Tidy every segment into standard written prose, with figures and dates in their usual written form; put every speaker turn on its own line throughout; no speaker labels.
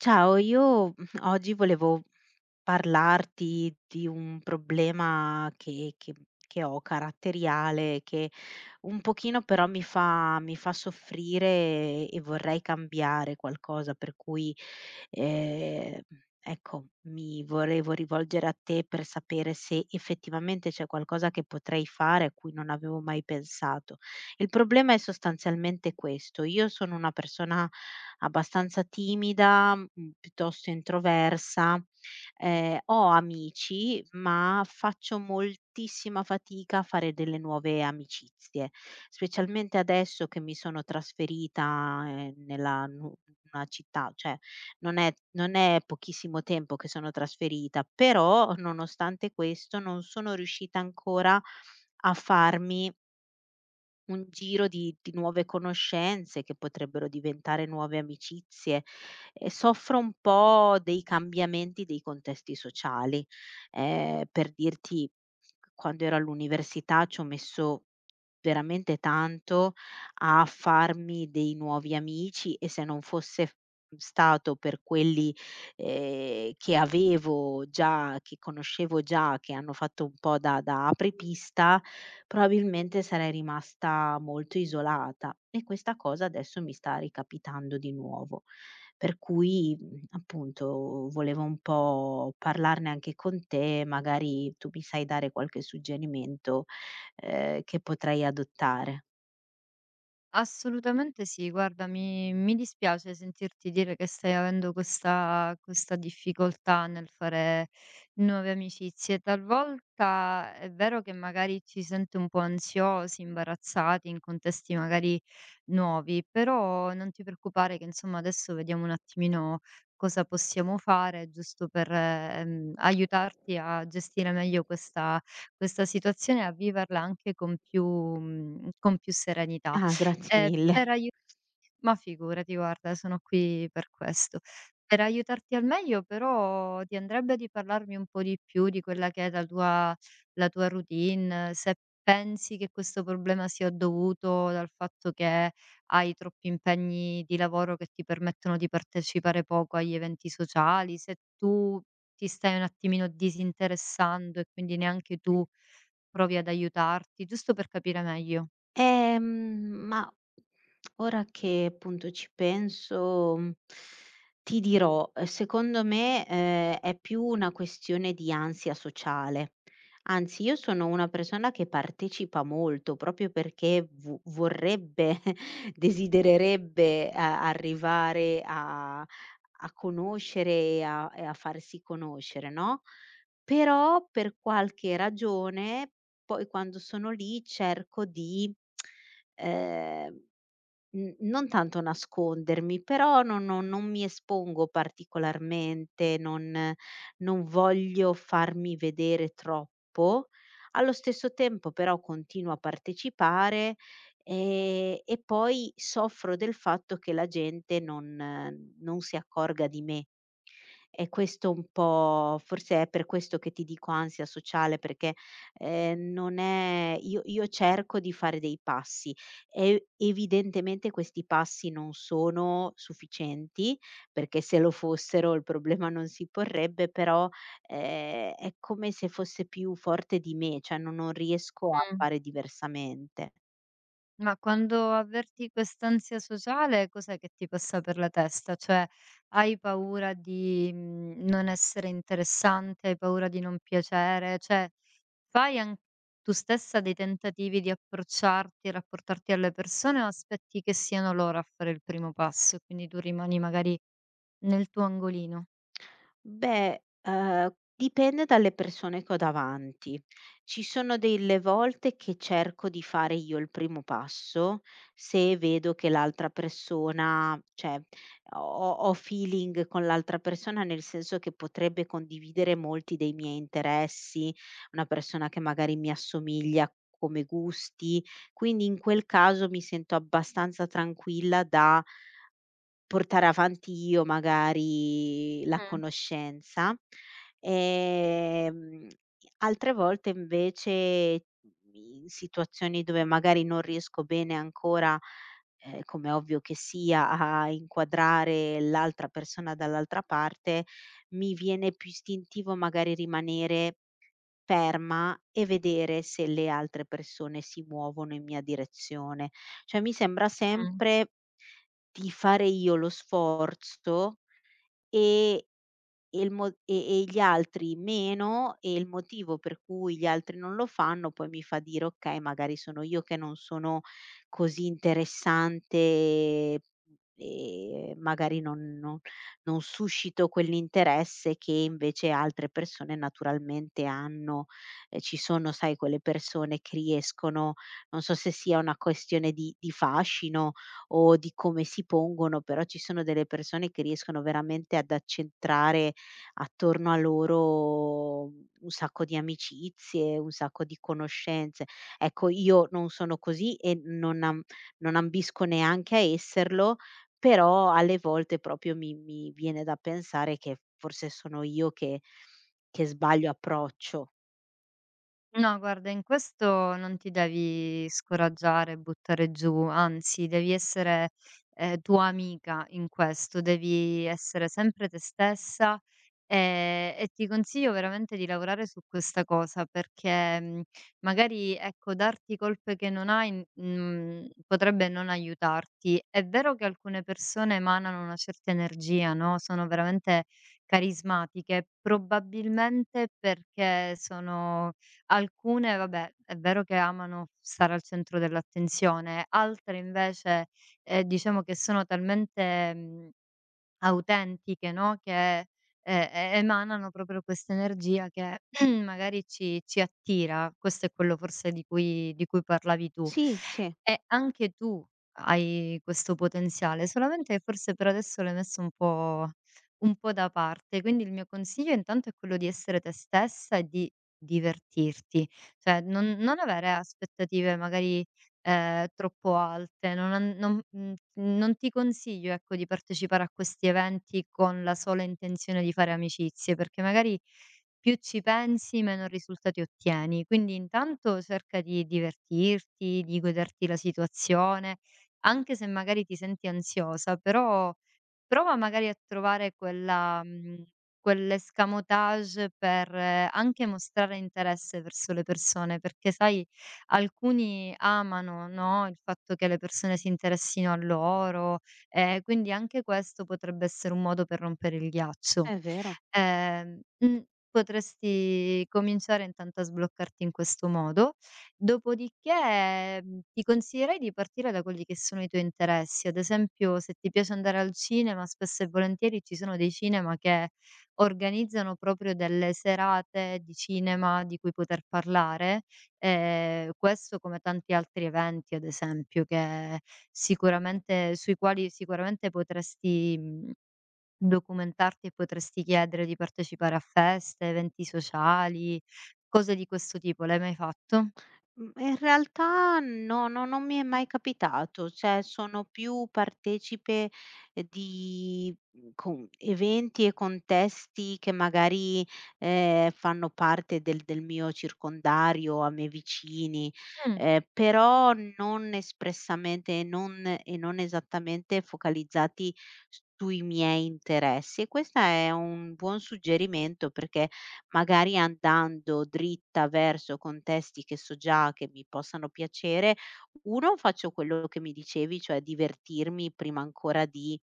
Ciao, io oggi volevo parlarti di un problema che ho, caratteriale, che un pochino però mi fa soffrire e vorrei cambiare qualcosa, per cui, ehm, ecco, mi volevo rivolgere a te per sapere se effettivamente c'è qualcosa che potrei fare a cui non avevo mai pensato. Il problema è sostanzialmente questo: io sono una persona abbastanza timida, mhmm, piuttosto introversa. Ho amici, ma faccio moltissima fatica a fare delle nuove amicizie, specialmente adesso che mi sono trasferita, nella nu una città, cioè non è pochissimo tempo che sono trasferita, però nonostante questo non sono riuscita ancora a farmi un giro di nuove conoscenze che potrebbero diventare nuove amicizie, e soffro un po' dei cambiamenti dei contesti sociali. Per dirti, quando ero all'università ci ho messo veramente tanto a farmi dei nuovi amici, e se non fosse f stato per quelli, che avevo già, che conoscevo già, che hanno fatto un po' da apripista, probabilmente sarei rimasta molto isolata, e questa cosa adesso mi sta ricapitando di nuovo. Per cui, mhmm, appunto, volevo un po' parlarne anche con te, magari tu mi sai dare qualche suggerimento, che potrei adottare.
Assolutamente sì, guarda, mi dispiace sentirti dire che stai avendo questa difficoltà nel fare nuove amicizie. Talvolta è vero che magari ci sente un po' ansiosi, imbarazzati in contesti magari nuovi, però non ti preoccupare che insomma adesso vediamo un attimino cosa possiamo fare giusto per aiutarti a gestire meglio questa situazione e a viverla anche con più, con più serenità.
Ah, grazie mille.
Per aiu Ma figurati, guarda, sono qui per questo. Per aiutarti al meglio però ti andrebbe di parlarmi un po' di più di quella che è la tua routine, se pensi che questo problema sia dovuto dal fatto che hai troppi impegni di lavoro che ti permettono di partecipare poco agli eventi sociali, se tu ti stai un attimino disinteressando e quindi neanche tu provi ad aiutarti, giusto per capire meglio.
Ma ora che appunto ci penso, mhmm, ti dirò, secondo me, è più una questione di ansia sociale. Anzi, io sono una persona che partecipa molto proprio perché vo vorrebbe, desidererebbe a arrivare a conoscere e a farsi conoscere, no, però per qualche ragione poi quando sono lì cerco di, ehm, n non tanto nascondermi, però non mi espongo particolarmente, non non voglio farmi vedere troppo. Allo stesso tempo però continuo a partecipare, e poi soffro del fatto che la gente non si accorga di me. E questo un po', forse è per questo che ti dico ansia sociale, perché, non è, io cerco di fare dei passi e evidentemente questi passi non sono sufficienti, perché se lo fossero il problema non si porrebbe, però, è come se fosse più forte di me, cioè no, non riesco a
Mm.
fare diversamente.
Ma quando avverti quest'ansia sociale, cos'è che ti passa per la testa? Cioè, hai paura di non essere interessante, hai paura di non piacere? Cioè, fai an tu stessa dei tentativi di approcciarti, rapportarti alle persone o aspetti che siano loro a fare il primo passo e quindi tu rimani magari nel tuo angolino?
Beh, dipende dalle persone che ho davanti. Ci sono delle volte che cerco di fare io il primo passo, se vedo che l'altra persona, cioè ho feeling con l'altra persona, nel senso che potrebbe condividere molti dei miei interessi, una persona che magari mi assomiglia come gusti, quindi in quel caso mi sento abbastanza tranquilla da portare avanti io magari la
Mh,
conoscenza, ehm, altre volte invece, mhmm, in situazioni dove magari non riesco bene ancora, come è ovvio che sia, a inquadrare l'altra persona dall'altra parte, mi viene più istintivo magari rimanere ferma e vedere se le altre persone si muovono in mia direzione. Cioè mi sembra
mh.
sempre di fare io lo sforzo e e gli altri meno, e il motivo per cui gli altri non lo fanno poi mi fa dire: "Okay, magari sono io che non sono così interessante, e magari non suscito quell'interesse che invece altre persone naturalmente hanno". Ci sono, sai, quelle persone che riescono, non so se sia una questione di fascino o di come si pongono, però ci sono delle persone che riescono veramente ad accentrare attorno a loro un sacco di amicizie, un sacco di conoscenze. Ecco, io non sono così e non ambisco neanche a esserlo, però alle volte proprio mi viene da pensare che forse sono io che sbaglio approccio.
No, guarda, in questo non ti devi scoraggiare, buttare giù, anzi, devi essere tua amica in questo, devi essere sempre te stessa, ti consiglio veramente di lavorare su questa cosa perché magari ecco, darti colpe che non hai potrebbe non aiutarti. È vero che alcune persone emanano una certa energia, no? Sono veramente carismatiche, probabilmente perché sono. Alcune vabbè, è vero che amano stare al centro dell'attenzione, altre invece, diciamo che sono talmente, mhmm autentiche, no, che, ehm, emanano proprio quest'energia che magari ci attira. Questo è quello forse di cui parlavi tu.
Sì, sì,
E anche tu hai questo potenziale, solamente che forse per adesso l'hai messo un po' da parte. Quindi il mio consiglio intanto è quello di essere te stessa e di divertirti, cioè non avere aspettative magari troppo alte. Non an non mhmm, non ti consiglio, ecco, di partecipare a questi eventi con la sola intenzione di fare amicizie, perché magari più ci pensi meno risultati ottieni. Quindi intanto cerca di divertirti, di goderti la situazione, anche se magari ti senti ansiosa, però prova magari a trovare quella quell'escamotage per anche mostrare interesse verso le persone, perché sai alcuni amano, no, il fatto che le persone si interessino a loro, quindi anche questo potrebbe essere un modo per rompere il ghiaccio.
è vero.
Ehm, mhmm, potresti cominciare intanto a sbloccarti in questo modo. Dopodiché, ti consiglierei di partire da quelli che sono i tuoi interessi. Ad esempio, se ti piace andare al cinema, spesso e volentieri ci sono dei cinema che organizzano proprio delle serate di cinema di cui poter parlare, questo come tanti altri eventi, ad esempio, che sicuramente sui quali sicuramente potresti, documentarti e potresti chiedere di partecipare a feste, eventi sociali, cose di questo tipo. L'hai mai fatto?
Mhmm, in realtà no, no, non mi è mai capitato, cioè sono più partecipe di mhmm, con eventi e contesti che magari, fanno parte del mio circondario, a me vicini,
Mh.
però non espressamente e non, e non esattamente focalizzati sui miei interessi. E questa è un buon suggerimento, perché magari andando dritta verso contesti che so già che mi possano piacere, 1 faccio quello che mi dicevi, cioè divertirmi prima ancora di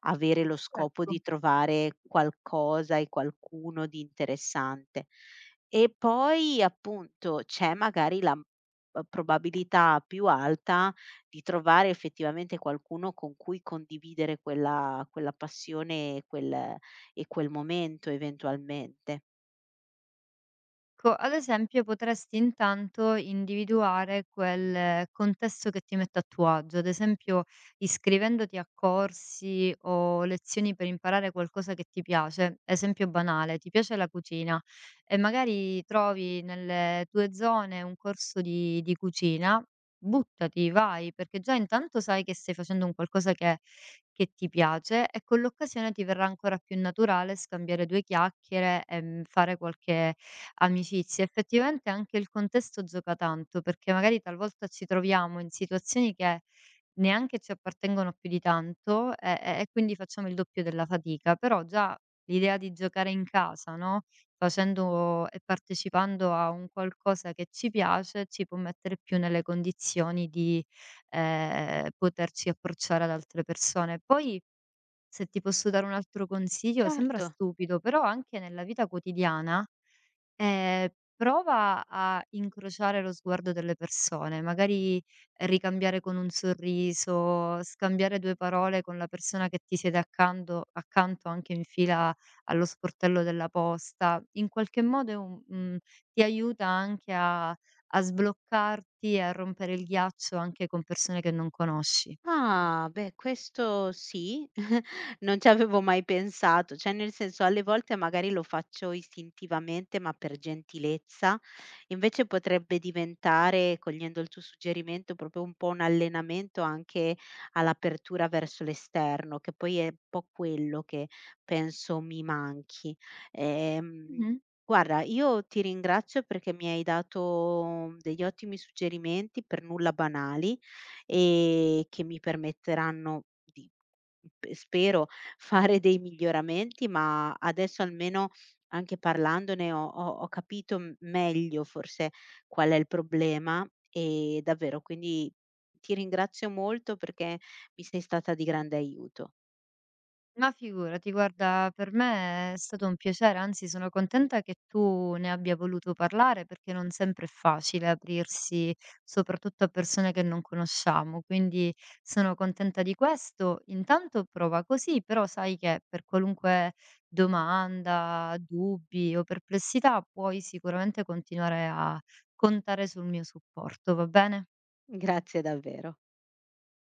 avere lo scopo
Ecco.
di trovare qualcosa e qualcuno di interessante. E poi appunto c'è magari la, probabilità più alta di trovare effettivamente qualcuno con cui condividere quella passione e quel momento eventualmente.
Co ad esempio potresti intanto individuare quel contesto che ti mette a tuo agio, ad esempio iscrivendoti a corsi o lezioni per imparare qualcosa che ti piace, esempio banale, ti piace la cucina e magari trovi nelle tue zone un corso di cucina, buttati, vai, perché già intanto sai che stai facendo un qualcosa che ti piace e con l'occasione ti verrà ancora più naturale scambiare due chiacchiere e fare qualche amicizie. Effettivamente anche il contesto gioca tanto, perché magari talvolta ci troviamo in situazioni che neanche ci appartengono più di tanto e quindi facciamo il doppio della fatica, però già l'idea di giocare in casa, no, facendo e partecipando a un qualcosa che ci piace, ci può mettere più nelle condizioni di, poterci approcciare ad altre persone. Poi se ti posso dare un altro consiglio, sembra
Certo.
stupido, però anche nella vita quotidiana, ehm, prova a incrociare lo sguardo delle persone, magari ricambiare con un sorriso, scambiare 2 parole con la persona che ti siede accando accanto anche in fila allo sportello della posta. In qualche modo è un ti aiuta anche a sbloccarti e a rompere il ghiaccio anche con persone che non conosci.
Ah, beh, questo sì, non ci avevo mai pensato, cioè nel senso alle volte magari lo faccio istintivamente, ma per gentilezza, invece potrebbe diventare, cogliendo il tuo suggerimento, proprio un po' un allenamento anche all'apertura verso l'esterno, che poi è un po' quello che penso mi manchi. Ehm,
Mh-mh.
guarda, io ti ringrazio perché mi hai dato degli ottimi suggerimenti, per nulla banali, e che mi permetteranno di p spero, fare dei miglioramenti, ma adesso almeno anche parlandone ho capito m meglio forse qual è il problema, e davvero quindi ti ringrazio molto perché mi sei stata di grande aiuto.
Ma figurati, guarda, per me è stato un piacere, anzi sono contenta che tu ne abbia voluto parlare perché non sempre è facile aprirsi, soprattutto a persone che non conosciamo, quindi sono contenta di questo. Intanto prova così, però sai che per qualunque domanda, dubbi o perplessità puoi sicuramente continuare a contare sul mio supporto, va bene?
Grazie davvero.